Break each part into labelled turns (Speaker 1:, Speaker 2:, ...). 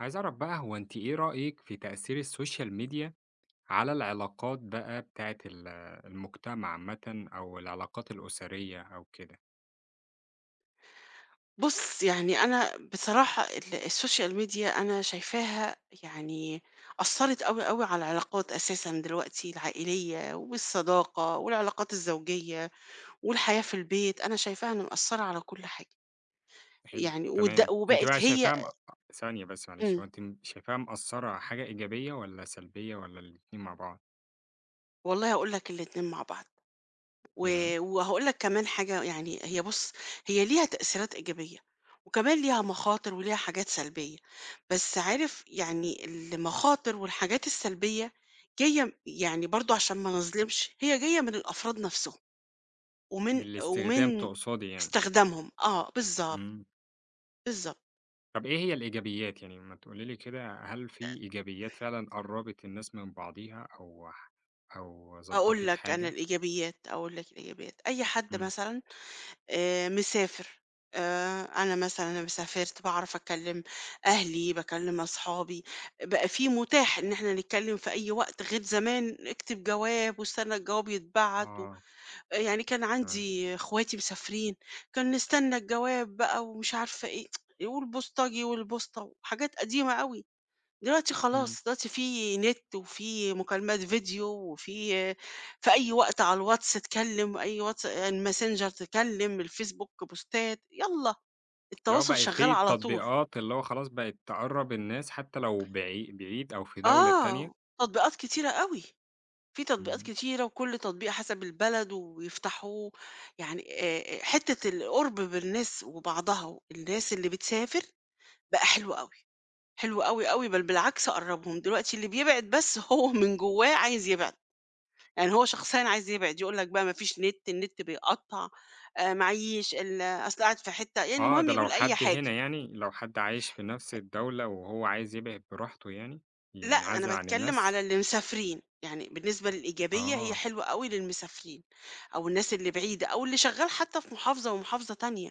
Speaker 1: عايز أعرف بقى هو أنتِ إيه رأيِك في تأثير السوشيال ميديا على العلاقات بقى بتاعة المجتمع عامةً، أو العلاقات الأسرية، أو كده؟
Speaker 2: بُص، يعني أنا بصراحة ال الsocial media أنا شايفاها يعني أثّرت أوي، أوي على العلاقات أساسًا دلوقتي العائلية والصداقة والعلاقات الزوجية والحياة في البيت، أنا شايفاها إنها مأثّرة على كل حاجة،
Speaker 1: حلو،
Speaker 2: يعني ود
Speaker 1: تمام. أنتِ
Speaker 2: وبقت
Speaker 1: بقى
Speaker 2: هي
Speaker 1: شايفاها ثانية بس معلش،
Speaker 2: إمم،
Speaker 1: هو أنتِ شايفاها مأثّرة حاجة إيجابية والّا سلبية والّا الاتنين مع بعض؟
Speaker 2: والله هاقول لك الاتنين مع بعض. و
Speaker 1: ياه!
Speaker 2: وهاقول لك كمان حاجة يعني هي بُص، هي ليها تأثيرات إيجابية، وكمان ليها مخاطر وليها حاجات سلبية، بس عارف يعني المخاطر والحاجات السلبية جاية يعني برضه عشان ما نظلمش، هي جاية من الأفراد نفسهم،
Speaker 1: من
Speaker 2: ومن
Speaker 1: الاستخدام
Speaker 2: ومن
Speaker 1: تقصدي يعني.
Speaker 2: استخدامهم، آه بالضبط،
Speaker 1: إمم.
Speaker 2: بالضبط.
Speaker 1: طب إيه هي الإيجابيات؟ يعني ما تقولي لي كده، هل في إيجابيات فعلًا قرّبت الناس من بعضيها، أو أو
Speaker 2: أقول
Speaker 1: ضبّطت
Speaker 2: لك أنا
Speaker 1: حاجة؟
Speaker 2: الإيجابيات، أقول لك الإيجابيات، أي حد
Speaker 1: إمم.
Speaker 2: مثلًا مسافر، أنا مثلًا لمّا سافرت باعرف أكلّم أهلي، باكلّم أصحابي، بقى في متاح إن إحنا نتكلّم في أي وقت غير زمان اكتب جواب واستنى الجواب يتبعت
Speaker 1: آه،
Speaker 2: يعني كان
Speaker 1: تمام.
Speaker 2: عندي إخواتي مسافرين، كان نستنى الجواب بقى ومش عارفة إيه، والبوسطجي والبوسطة وحاجات قديمة أوي. دلوقتي
Speaker 1: إمم.
Speaker 2: خلاص، دلوقتي في نت وفي مكالمات فيديو وفي أي وقت على الواتس تكلّم، أي واتس الماسنجر تكلّم، الفيسبوك بوستات، يالّا
Speaker 1: اللي هو
Speaker 2: التواصل
Speaker 1: بقى
Speaker 2: شغّال
Speaker 1: في
Speaker 2: على طول.
Speaker 1: تطبيقات اللي هو خلاص بقت تقرّب الناس، حتى لو بعيد أو في دولة
Speaker 2: آه،
Speaker 1: تانية.
Speaker 2: تطبيقات كتيرة أوي، في تطبيقات
Speaker 1: إمم.
Speaker 2: كتيرة وكل تطبيق حسب البلد ويفتحوه، يعني حتّة القُرب بالناس وبعضها، الناس اللي بتسافر بقى حلو أوي، حلو أوي، أوي، بل بالعكس قرّبهم، دلوقتي اللي بيبعد بس هو من جوّاه عايز يبعد. يعني هو شخصيًا عايز يبعد، يقول لك بقى ما فيش نت، النت بيقطّع، معييش، أصل قاعد في حتّة يعني
Speaker 1: آه،
Speaker 2: المهم
Speaker 1: ده لو
Speaker 2: يقول أي
Speaker 1: حد
Speaker 2: حاجة.
Speaker 1: هنا يعني، لو حد عايش في نفس الدولة وهو عايز يبعد براحته يعني،
Speaker 2: لأ، أنا
Speaker 1: ينعزل عن
Speaker 2: باتكلّم
Speaker 1: الناس.
Speaker 2: على اللي مسافرين، يعني بالنسبة للإيجابية هي
Speaker 1: آه،
Speaker 2: حلوة أوي للمسافرين أو الناس اللي بعيدة أو اللي شغّال حتّى في محافظة ومحافظة تانية،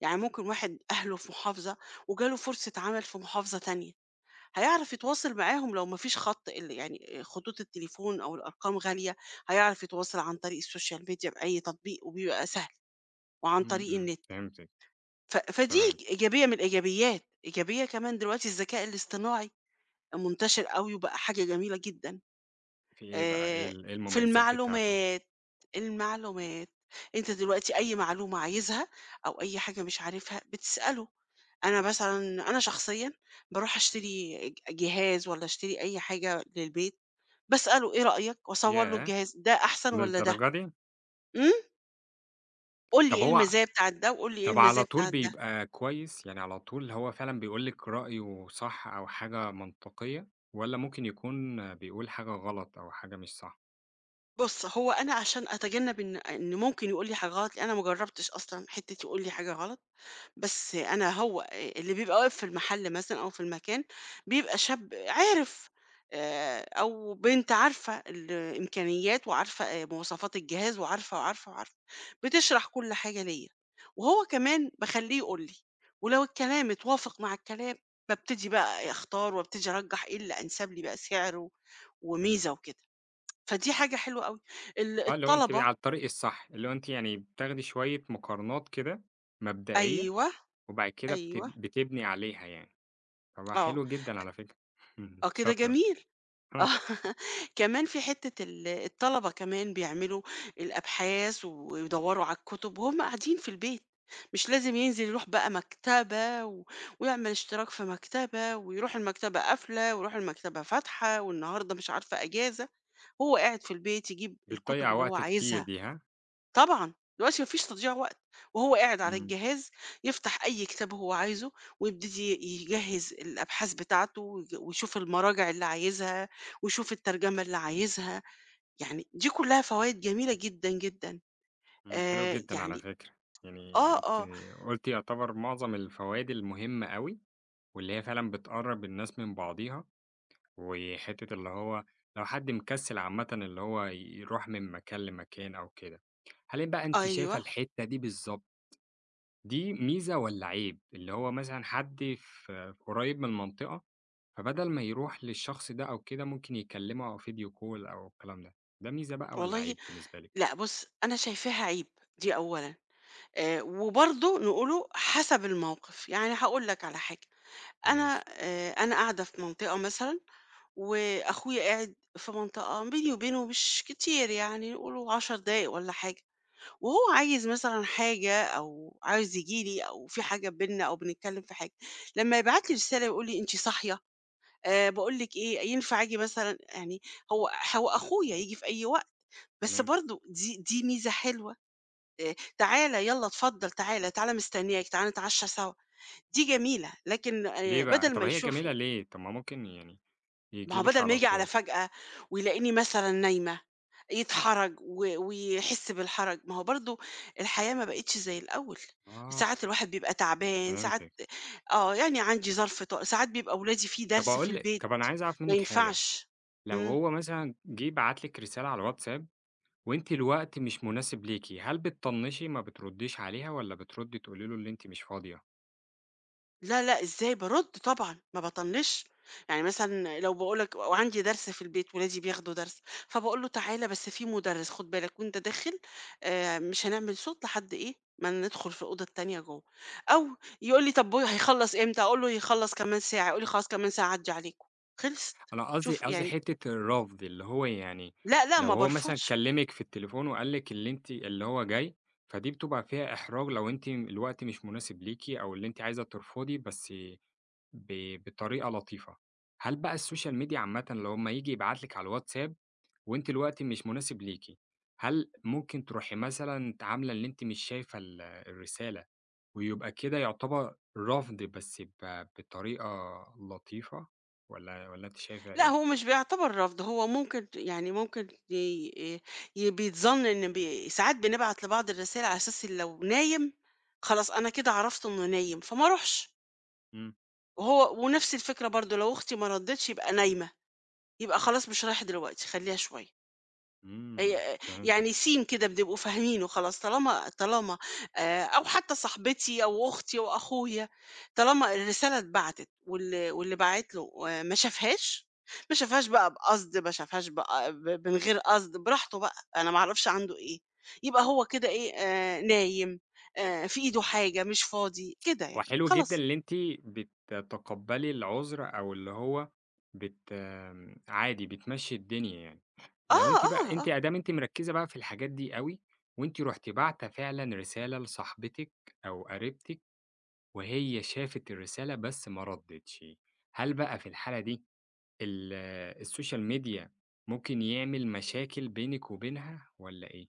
Speaker 2: يعني ممكن واحد أهله في محافظة وجاله فرصة عمل في محافظة تانية، هيعرف يتواصل معاهم لو ما فيش خَط يعني خطوط التليفون أو الأرقام غالية، هيعرف يتواصل عن طريق السوشيال ميديا بأي تطبيق وبيبقى سهل وعن
Speaker 1: إمم،
Speaker 2: طريق
Speaker 1: إمم،
Speaker 2: النت.
Speaker 1: فهمتِك،
Speaker 2: ف فدي
Speaker 1: تمام.
Speaker 2: إيجابية من الإيجابيات، إيجابية كمان دلوقتي الذكاء الاصطناعي منتشر أوي وبقى حاجة جميلة جدًا،
Speaker 1: في إيه بقى، إيه
Speaker 2: آآ
Speaker 1: إيه
Speaker 2: في
Speaker 1: المميزات بتاعته؟
Speaker 2: المعلومات، المعلومات، أنت دلوقتي أي معلومة عايزها أو أي حاجة مش عارفها بتسأله، أنا مثلًا أنا شخصيًا باروح أشتري جهاز والّا أشتري أي حاجة للبيت، باسأله إيه رأيك وأصور له
Speaker 1: ياه!
Speaker 2: الجهاز، ده أحسن والّا ده؟
Speaker 1: للدرجة دي!
Speaker 2: إمم، قُل لي
Speaker 1: طب
Speaker 2: إيه
Speaker 1: هو
Speaker 2: المزايا بتاعة ده وقُل لي إيه
Speaker 1: طب على
Speaker 2: المزايا
Speaker 1: طول
Speaker 2: بتاعة ده.
Speaker 1: بيبقى كويس؟ يعني على طول هو فعلًا بيقول لِك رأيه صح أو حاجة منطقية، والّا ممكن يكون بيقول حاجة غلط أو حاجة مش صح؟
Speaker 2: بُص، هو أنا عشان أتجنب إن ممكن يقول لي حاجة غلط، لأن أنا ما جرّبتش أصلًا حتّة يقول لي حاجة غلط، بس أنا هو اللي بيبقى واقف في المحل مثلًا أو في المكان، بيبقى شاب عارف أو بنت عارفة الإمكانيات وعارفة مواصفات الجهاز وعارفة، وعارفة، وعارفة، بتشرح كل حاجة ليّا، وهو كمان باخلّيه يقول لي، ولو الكلام اتوافق مع الكلام، بابتدي بقى أختار وابتدي أرجّح إيه اللي أنسب لي بقى سعر
Speaker 1: تمام.
Speaker 2: وميزة وكده. فدي حاجة حلوة أوي. ال
Speaker 1: آه، اللي هو أنتِ
Speaker 2: الطلبة
Speaker 1: على الطريق الصح، اللي هو أنتِ يعني بتاخدي شوية مقارنات كده مبدئية،
Speaker 2: أيوه،
Speaker 1: وبعد كده
Speaker 2: أيوه،
Speaker 1: بتبني عليها يعني. طب ما
Speaker 2: آه،
Speaker 1: حلو جدًا على فكرة،
Speaker 2: آه كده
Speaker 1: شاطرة،
Speaker 2: جميل.
Speaker 1: آه.
Speaker 2: آه كمان في حتّة ال الطلبة كمان بيعملوا الأبحاث ويدوّروا على الكُتب وهُم قاعدين في البيت، مش لازم ينزل يروح بقى مكتبة ويعمل اشتراك في مكتبة ويروح المكتبة قافلة ويروح المكتبة فاتحة والنهارده مش عارفة أجازة، هو قاعد في البيت يجيب الكُتب
Speaker 1: بتضيّع
Speaker 2: اللي هو
Speaker 1: وقت كتير
Speaker 2: عايزها.
Speaker 1: دي ها؟
Speaker 2: طبعًا، دلوقتي ما فيش تضييع وقت، وهو قاعد على
Speaker 1: إمم،
Speaker 2: الجهاز يفتح أي كتاب هو عايزه ويبتدي يجهّز الأبحاث بتاعته ويشوف المراجع اللي عايزها ويشوف الترجمة اللي عايزها، يعني دي كلّها فوايد جميلة جدًا، جدًا.
Speaker 1: إمم، حلو جدًا على
Speaker 2: يعني
Speaker 1: فكرة. يعني
Speaker 2: آه،
Speaker 1: أنتِ
Speaker 2: آه،
Speaker 1: قُلتِ يعتبر معظم الفوائد المهمة أوي، واللي هي فعلًا بتقرّب الناس من بعضيها، وحتة اللي هو لو حد مكسل عامةً اللي هو يروح من مكان لمكان أو كده. هل بقى أنتِ شايفة
Speaker 2: أيوه،
Speaker 1: الحتة دي بالضبط دي ميزة والّا عيب؟ اللي هو مثلًا حد في قريب من المنطقة، فبدل ما يروح للشخص ده أو كده ممكن يكلمه أو فيديو كول أو الكلام ده، ده ميزة بقى والّا
Speaker 2: والله
Speaker 1: عيب بالنسبة لِك؟
Speaker 2: لأ بُص، أنا شايفاها عيب دي أولًا، وبرضه نقوله حسب الموقف، يعني هاقول لك على حاجة، أنا
Speaker 1: ماشي،
Speaker 2: أنا قاعدة في منطقة مثلًا وأخويا قاعد في منطقة بيني وبينه مش كتير يعني نقوله 10 دقايق ولا حاجة وهو عايز مثلا حاجة أو عايز يجيلي أو في حاجة بينا أو بنتكلم في حاجة لما يبعت لي رسالة يقول لي أنت صاحية أه بقول لك إيه ينفع أجي مثلا يعني هو هو أخويا يجي في أي وقت بس
Speaker 1: تمام.
Speaker 2: برضو دي ميزة حلوة آه، تعالى يلا اتفضل تعالى تعالى مستنياك تعالى نتعشى سوا دي جميلة لكن
Speaker 1: ليه
Speaker 2: آه،
Speaker 1: بقى؟
Speaker 2: بدل
Speaker 1: طب
Speaker 2: ما
Speaker 1: هي
Speaker 2: يشوف
Speaker 1: جميلة ليه؟ طب ما ممكن يعني
Speaker 2: ما
Speaker 1: ييجي
Speaker 2: هو
Speaker 1: لِك
Speaker 2: بدل ما
Speaker 1: على
Speaker 2: ييجي على
Speaker 1: طول.
Speaker 2: فجأة ويلاقيني مثلًا نايمة، يتحرج ويحس بالحرج، ما هو برضه الحياة ما بقِتش زي الأول،
Speaker 1: آه،
Speaker 2: ساعات الواحد بيبقى تعبان، ساعات
Speaker 1: فهمتِك.
Speaker 2: آه، يعني عندي ظرف ساعات بيبقى ولادي في
Speaker 1: طب
Speaker 2: درس في
Speaker 1: أقول لِك
Speaker 2: البيت،
Speaker 1: طب أنا عايز أعرف
Speaker 2: ما
Speaker 1: منِّك حاجة،
Speaker 2: ينفعش.
Speaker 1: لو
Speaker 2: إمم.
Speaker 1: هو مثلًا جه بعت لِك رسالة على الواتساب وأنتِ الوقت مش مناسب ليكِ، هل بتطنشي ما بترديش عليها، والّا بتردي تقولي له اللي أنتِ مش فاضية؟
Speaker 2: لا، لأ، إزاي بارُد طبعًا، ما باطنّش، يعني مثلًا لو باقول لك وعندي درس في البيت، ولادي بياخدوا درس، فباقول له: "تعالَ بس في مُدرِّس خُد بالك وأنت داخل مش هنعمل صوت لحد إيه، ما ندخل في الأوضة التانية جوّه." أو يقول لي: "طب و هيخلّص إمتى؟" أقول له: "هيخلّص كمان ساعة." يقول لي: "خلاص كمان ساعة أعدّي عليكم." خلصت،
Speaker 1: أنا قصدي
Speaker 2: شوف
Speaker 1: قصدي
Speaker 2: يعني
Speaker 1: حتّة الرفض، اللي هو يعني
Speaker 2: لأ، لأ، ما
Speaker 1: لو هو مثلًا
Speaker 2: بارفضش.
Speaker 1: كلّمِك في التليفون وقال لِك اللي أنتِ اللي هو جاي، فدي بتبقى فيها إحراج لو أنتِ الوقت مش مناسب ليكِ، أو اللي أنتِ عايزة ترفضي بس بطريقة لطيفة. هل بقى السوشيال ميديا عامةً لو أمّا ييجي يبعت لِك على الواتساب وأنتِ الوقت مش مناسب ليكِ، هل ممكن تروحي مثلًا عاملة اللي أنتِ مش شايفة الرسالة، ويبقى كده يعتبر رفض بس بطريقة لطيفة، والّا أنتِ شايفة
Speaker 2: لأ،
Speaker 1: إيه؟
Speaker 2: هو مش بيعتبر رفض، هو ممكن يعني ممكن ي ي بيتظن إن ساعات بنبعت لبعض الرسايل على أساس إن لو نايم، خلاص أنا كده عرفت إنه نايم، فما أروحش،
Speaker 1: إمم،
Speaker 2: وهو ونفس الفكرة برضه لو أختي ما ردِّتش يبقى نايمة، يبقى خلاص مش رايح دلوقتي خلّيها شوية.
Speaker 1: إمم،
Speaker 2: هي
Speaker 1: فهمتِك.
Speaker 2: يعني سيم كده بنبقوا فاهمينه خلاص طالما أو حتى صاحبتي أو أختي وأخويا، طالما الرسالة اتبعتت وال واللي باعت له آه، ما شافهاش، ما شافهاش بقى بقصد، ما شافهاش بقى من غير قصد، براحته بقى، أنا ما أعرفش عنده إيه، يبقى هو كده إيه، نايم، في إيده حاجة، مش فاضي، كده يعني،
Speaker 1: وحلو جدًا
Speaker 2: خلاص.
Speaker 1: اللي أنتِ بتتقبّلي العذر، أو اللي هو بت آمم، عادي بتمشّي الدنيا يعني.
Speaker 2: آه،
Speaker 1: لو أنتِ
Speaker 2: آه،
Speaker 1: بقى أنتِ
Speaker 2: آه.
Speaker 1: أدام أنتِ مركّزة بقى في الحاجات دي أوي، وأنتِ رُحتِ باعتة فعلًا رسالة لصاحبتِك أو قريبتِك، وهي شافت الرسالة بس ما ردِّتش، هل بقى في الحالة دي ال السوشيال ميديا ممكن يعمل مشاكل بينِك وبينها والّا إيه؟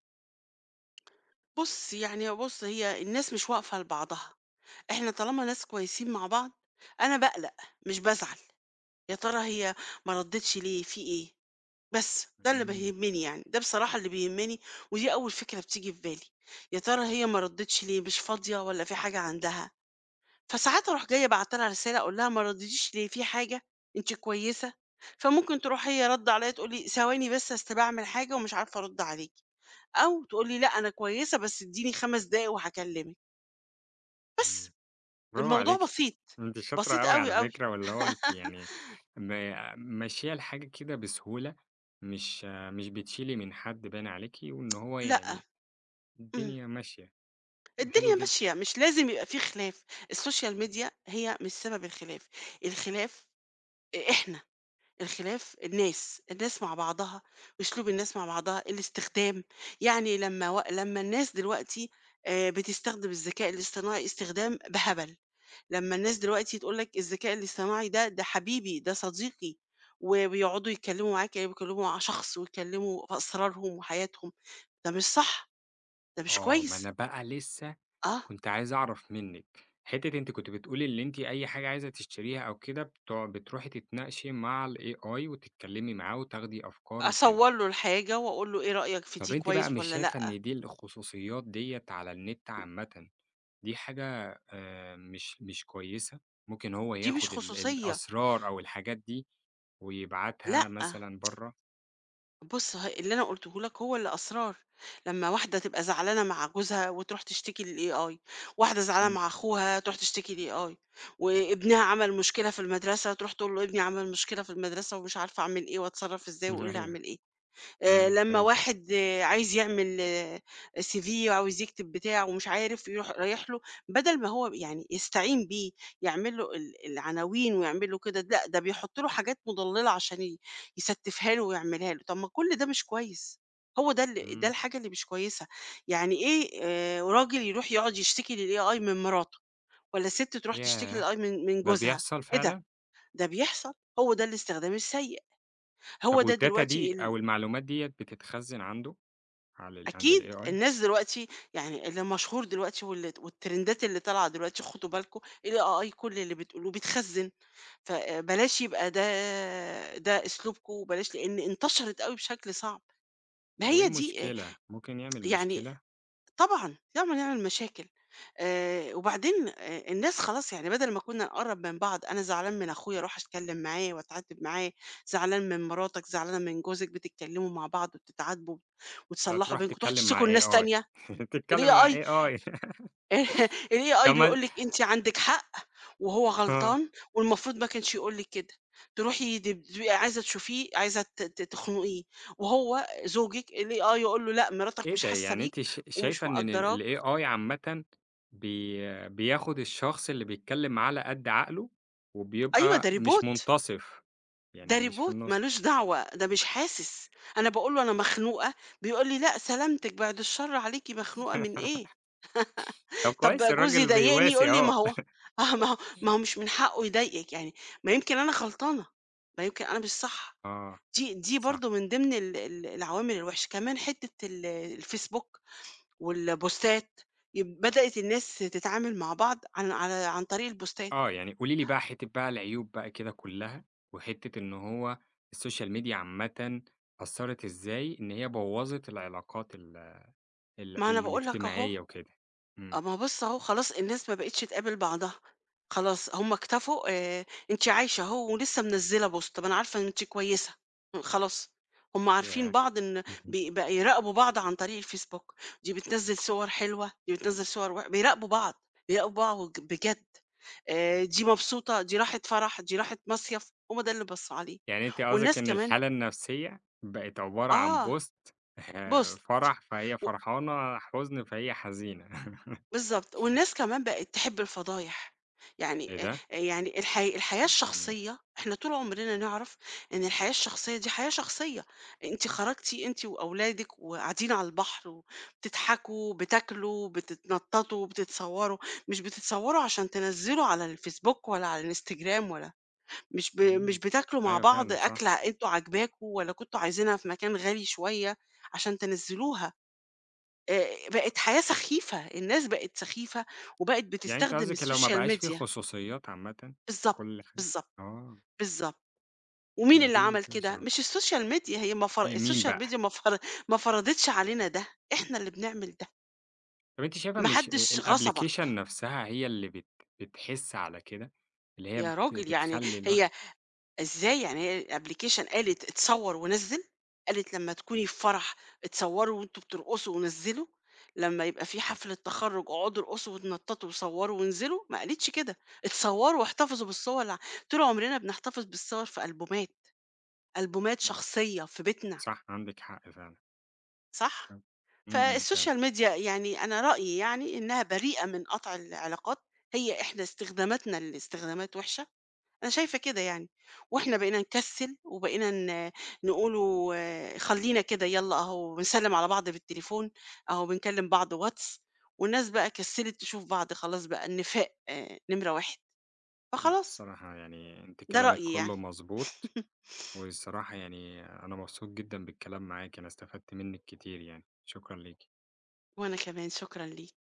Speaker 2: بُص، يعني بُص، هي الناس مش واقفة لبعضها. إحنا طالما ناس كويسين مع بعض، أنا باقلق مش بازعل، يا ترى هي ما ردِّتش ليه، في إيه؟ بس ده اللي
Speaker 1: إمم،
Speaker 2: بيهمني يعني، ده بصراحة اللي بيهمني، ودي أول فكرة بتيجي في بالي، يا ترى هي ما ردِّتش ليه، مش فاضية والّا في حاجة عندها؟ فساعات أروح جاية باعتة لها رسالة أقول لها ما رديتيش ليه، في حاجة، أنتِ كويسة؟ فممكن تروح هي رادة عليَّ تقول لي ثواني بس أصل باعمل حاجة ومش عارفة أرد عليكِ، أو تقول لي لأ أنا كويسة بس اديني 5 دقايق وهاكلمِك، بس.
Speaker 1: إمم. برافو
Speaker 2: الموضوع
Speaker 1: عليكِ،
Speaker 2: بسيط،
Speaker 1: أنتِ شاطرة
Speaker 2: بسيط
Speaker 1: أوي على
Speaker 2: أوي، أوي.
Speaker 1: فكرة، واللي هو أنتِ يعني م ماشية الحاجة كده بسهولة، مش بتشيلي من حد باين عليكِ، وإن هو
Speaker 2: لأ،
Speaker 1: يعني
Speaker 2: إمم،
Speaker 1: الدنيا ماشية.
Speaker 2: الدنيا
Speaker 1: حلو جدًا.
Speaker 2: ماشية، مش لازم يبقى في خلاف. السوشيال ميديا هي مش سبب الخلاف، الخلاف إحنا، الخلاف الناس، الناس مع بعضها وأسلوب الناس مع بعضها، الاستخدام. يعني لمّا الناس دلوقتي بتستخدم الذكاء الاصطناعي استخدام بهبل، لمّا الناس دلوقتي تقول لك الذكاء الاصطناعي ده، ده حبيبي، ده صديقي، و ويقعدوا يتكلموا معاك كأنهم بيكلموا مع شخص ويتكلموا في أسرارهم وحياتهم. ده مش صح، ده مش
Speaker 1: آه، ما
Speaker 2: كويس.
Speaker 1: أنا بقى لسه
Speaker 2: آه.
Speaker 1: كنت عايز أعرف منِّك، حتة أنتِ كنتِ بتقولي اللي أنتِ أي حاجة عايزة تشتريها أو كده بتوع بتروحي تتناقشي مع الAI وتتكلمي معاه وتاخدي أفكار وكده.
Speaker 2: أصوّر له الحاجة وأقول له إيه رأيك في
Speaker 1: طَب
Speaker 2: دي
Speaker 1: أنتِ بقى
Speaker 2: كويس
Speaker 1: مش
Speaker 2: والّا
Speaker 1: شايفة
Speaker 2: لأ،
Speaker 1: إن دي الخصوصيات ديّة على النت عامةً دي حاجة مش كويسة، ممكن هو
Speaker 2: دي مش
Speaker 1: ياخد
Speaker 2: خصوصية،
Speaker 1: الأسرار أو الحاجات دي
Speaker 2: لأ.
Speaker 1: ويبعتها مثلًا برّه.
Speaker 2: بُص اللي أنا قُلته لك هو اللي أسرار، لمّا واحدة تبقى زعلانة مع جوزها وتروح تشتكي للAI، واحدة زعلانة
Speaker 1: إمم،
Speaker 2: مع أخوها تروح تشتكي للAI، وابنها عمل مشكلة في المدرسة تروح تقول له ابني عمل مشكلة في المدرسة ومش عارفة أعمل إيه وأتصرّف إزاي وقُل لي
Speaker 1: أيوه،
Speaker 2: أعمل إيه.
Speaker 1: تمام،
Speaker 2: لمّا
Speaker 1: فهمتِك.
Speaker 2: واحد آه، عايز يعمل CV وعاوز يكتب بتاع ومش عارف، رايح له بدل ما هو يعني يستعين بيه، يعمل له العناوين ويعمل له كده، لأ ده بيحُط له حاجات مُضلِّلة عشان يستفها له ويعملها له، طب ما كل ده مش كويس، هو ده
Speaker 1: إمم،
Speaker 2: الحاجة اللي مش كويسة، يعني إيه راجل يروح يقعد يشتكي للAI من مراته، والّا سِت تروح تشتكي
Speaker 1: ياه!
Speaker 2: للAI من
Speaker 1: ده
Speaker 2: جوزها،
Speaker 1: بيحصل
Speaker 2: إيه ده!
Speaker 1: فعلًا؟
Speaker 2: ده بيحصل، هو ده الاستخدام السيء، هو
Speaker 1: طب
Speaker 2: ده
Speaker 1: والdata دي
Speaker 2: دلوقتي
Speaker 1: أو المعلومات ديّة بتتخزن عنده على عند
Speaker 2: أكيد
Speaker 1: الAI؟
Speaker 2: الناس دلوقتي يعني اللي مشهور دلوقتي وال والترندات اللي طالعة دلوقتي خدوا بالكم الAI كل اللي بتقولوه بيتخزّن، فبلاش يبقى ده أسلوبكم وبلاش لإن انتشرت أوي بشكل صعب. ما
Speaker 1: طب وإيه
Speaker 2: هي دي
Speaker 1: المشكلة؟ ممكن يعمل
Speaker 2: يعني
Speaker 1: مشكلة؟
Speaker 2: طبعًا، طبعًا نعمل مشاكل وبعدين الناس خلاص يعني بدل ما كنا نقرّب من بعض، أنا زعلان من أخويا أروح أتكلم معاه وأتعاتب معاه، زعلان من مراتك، زعلانة من جوزك، بتتكلموا مع بعض وبتتعاتبوا وتصلّحوا
Speaker 1: فتروح
Speaker 2: بينكم، تروحوا
Speaker 1: تتكلم مع
Speaker 2: تشتكوا لناس
Speaker 1: AI.
Speaker 2: تانية.
Speaker 1: تتكلم مع
Speaker 2: الAI
Speaker 1: AI.
Speaker 2: الAI
Speaker 1: طب ما
Speaker 2: بيقول لِك أنتِ عندِك حق وهو
Speaker 1: آه.
Speaker 2: غلطان والمفروض ما كانش يقول لِك كده، تروحي تبقي عايزة تشوفيه، عايزة ت ت تخنقيه، وهو زوجِك الAI يقول له لأ مراتك
Speaker 1: إيه
Speaker 2: مش
Speaker 1: ده!
Speaker 2: حاسة
Speaker 1: يعني
Speaker 2: بيك
Speaker 1: أنتِ
Speaker 2: ومش
Speaker 1: شايفة إن
Speaker 2: مقدّراك
Speaker 1: الAI عامةً بي بياخد الشخص اللي بيتكلم معاه على قد عقله،
Speaker 2: أيوه ده
Speaker 1: وبيبقى مش
Speaker 2: Robot
Speaker 1: منتصف،
Speaker 2: ده
Speaker 1: يعني مش في
Speaker 2: Robot
Speaker 1: النُص.
Speaker 2: مالوش دعوة، ده مش حاسس، أنا باقول له أنا مخنوقة، بيقول لي لأ سلامتِك بعد الشر عليكِ مخنوقة من إيه؟
Speaker 1: طب
Speaker 2: طب
Speaker 1: كويس،
Speaker 2: جوزي
Speaker 1: الراجل
Speaker 2: ضايقني
Speaker 1: بيواسي
Speaker 2: يقول لي: "ما
Speaker 1: أهو.
Speaker 2: هو آه ما هو مش من حقه يضايقِك يعني، ما يمكن أنا غلطانة، ما يمكن أنا مش صح."
Speaker 1: آه،
Speaker 2: دي
Speaker 1: صح.
Speaker 2: برضه من ضمن ال العوامل الوحشة، كمان حتّة الفيسبوك والبوستات، بدأت الناس تتعامل مع بعض عن طريق البوستات،
Speaker 1: آه، يعني قولي لي بقى حتّة بقى العيوب بقى كده كلّها، وحتّة إن هو السوشيال ميديا عامةً أثّرت إزاي إن هي بوّظت العلاقات ال
Speaker 2: ما أنا باقول لك أهو.
Speaker 1: الاجتماعية وكده؟ إمم،
Speaker 2: أما بُص أهو خلاص الناس ما بقِتش تقابل بعضها، خلاص هُم اكتفوا أنتِ عايشة أهو ولسه منزّلة بوست، ما أنا عارفة إن أنتِ كويسة، خلاص هُم عارفين
Speaker 1: ياه!
Speaker 2: بعض إن بقى يراقبوا بعض عن طريق الفيسبوك، دي بتنزّل صور حلوة، دي بتنزّل صور بيراقبوا بعض، بيراقبوا بعض بجد، دي مبسوطة، دي راحت فرح، دي راحت مصيف، هو ده اللي بصّوا عليه،
Speaker 1: يعني أنتِ قصدِك
Speaker 2: والناس
Speaker 1: إن
Speaker 2: كمان
Speaker 1: الحالة النفسية بقت عبارة عن
Speaker 2: آه
Speaker 1: post،
Speaker 2: بوست
Speaker 1: فرح فهي
Speaker 2: و
Speaker 1: فرحانة، حزن فهي حزينة.
Speaker 2: بالضبط، والناس كمان بقت تحب الفضايح،
Speaker 1: إيه
Speaker 2: يعني
Speaker 1: ده!
Speaker 2: يعني الحياة
Speaker 1: يعني
Speaker 2: الشخصية إحنا طول عمرنا نعرف إن الحياة الشخصية دي حياة شخصية، أنتِ خرجتِ أنتِ وأولادِك وقاعدين على البحر وبتضحكوا، بتاكلوا، بتتنططوا، بتتصوروا، مش بتتصوروا عشان تنزّلوا على الفيسبوك ولا على الإنستجرام ولا مش
Speaker 1: إمم،
Speaker 2: بتاكلوا مع
Speaker 1: أيوه
Speaker 2: بعض
Speaker 1: فعلًا صح.
Speaker 2: أكلة أنتم عاجباكم، والّا كنتم عايزينها في مكان غالي شوية عشان تنزّلوها. بقت حياة سخيفة، الناس بقت سخيفة وبقت
Speaker 1: يعني أنتِ
Speaker 2: بتستخدم
Speaker 1: قصدِك لو ما
Speaker 2: السوشيال
Speaker 1: بقاش في
Speaker 2: ميديا
Speaker 1: خصوصيات عامةً،
Speaker 2: بالضبط،
Speaker 1: كل حاجة.
Speaker 2: بالضبط،
Speaker 1: آه،
Speaker 2: بالضبط.
Speaker 1: طب
Speaker 2: ومين
Speaker 1: ما
Speaker 2: اللي
Speaker 1: دي
Speaker 2: عمل
Speaker 1: دي وحشة
Speaker 2: كده؟
Speaker 1: أوي.
Speaker 2: مش السوشيال ميديا، هي ما فر
Speaker 1: مين
Speaker 2: السوشيال
Speaker 1: بقى؟
Speaker 2: ميديا ما فر ما فرضتش علينا ده، إحنا اللي بنعمل ده،
Speaker 1: طب أنتِ شايفة
Speaker 2: ما
Speaker 1: مش
Speaker 2: حدش
Speaker 1: الapplication
Speaker 2: غصبك
Speaker 1: نفسها هي اللي بتحِس على كده، اللي هي
Speaker 2: يا راجل، يعني
Speaker 1: بتخلّي الواحد
Speaker 2: هي إزاي يعني هي الأبلكيشن قالت اتصوّر ونزّل؟ قالت لمّا تكوني في فرح اتصوّروا وأنتم بترقصوا ونزّلوا، لمّا يبقى في حفلة تخرُّج اقعدوا ارقصوا واتنطّطوا وصوّروا وانزلوا؟ ما قالتش كده، اتصوّروا واحتفظوا بالصور طول عمرنا بنحتفظ بالصور في ألبومات، ألبومات
Speaker 1: إمم،
Speaker 2: شخصية في بيتنا،
Speaker 1: صح، عندِك حق فعلًا.
Speaker 2: صح؟
Speaker 1: إمم، إمم، فعلًا.
Speaker 2: فالسوشيال ميديا يعني أنا رأيي يعني إنها بريئة من قطع العلاقات، هي إحنا استخداماتنا لاستخدامات وِحشة أنا شايفة كده يعني، وإحنا بقينا نكسّل وبقينا نقولوا خلّينا كده يالّا أهو بنسلّم على بعض بالتليفون، أهو بنكلّم بعض واتس، والناس بقى كسّلت تشوف بعض خلاص بقى النفاق نمرة 1
Speaker 1: لأ،
Speaker 2: فخلاص،
Speaker 1: الصراحة يعني أنتِ
Speaker 2: ده
Speaker 1: كلامِك
Speaker 2: رأيي يعني.
Speaker 1: كله مضبوط، والصراحة يعني أنا مبسوط جدًا بالكلام معاكِ، أنا استفدت منِّك كتير يعني، شكرًا ليكِ.
Speaker 2: وأنا كمان شكرًا ليك.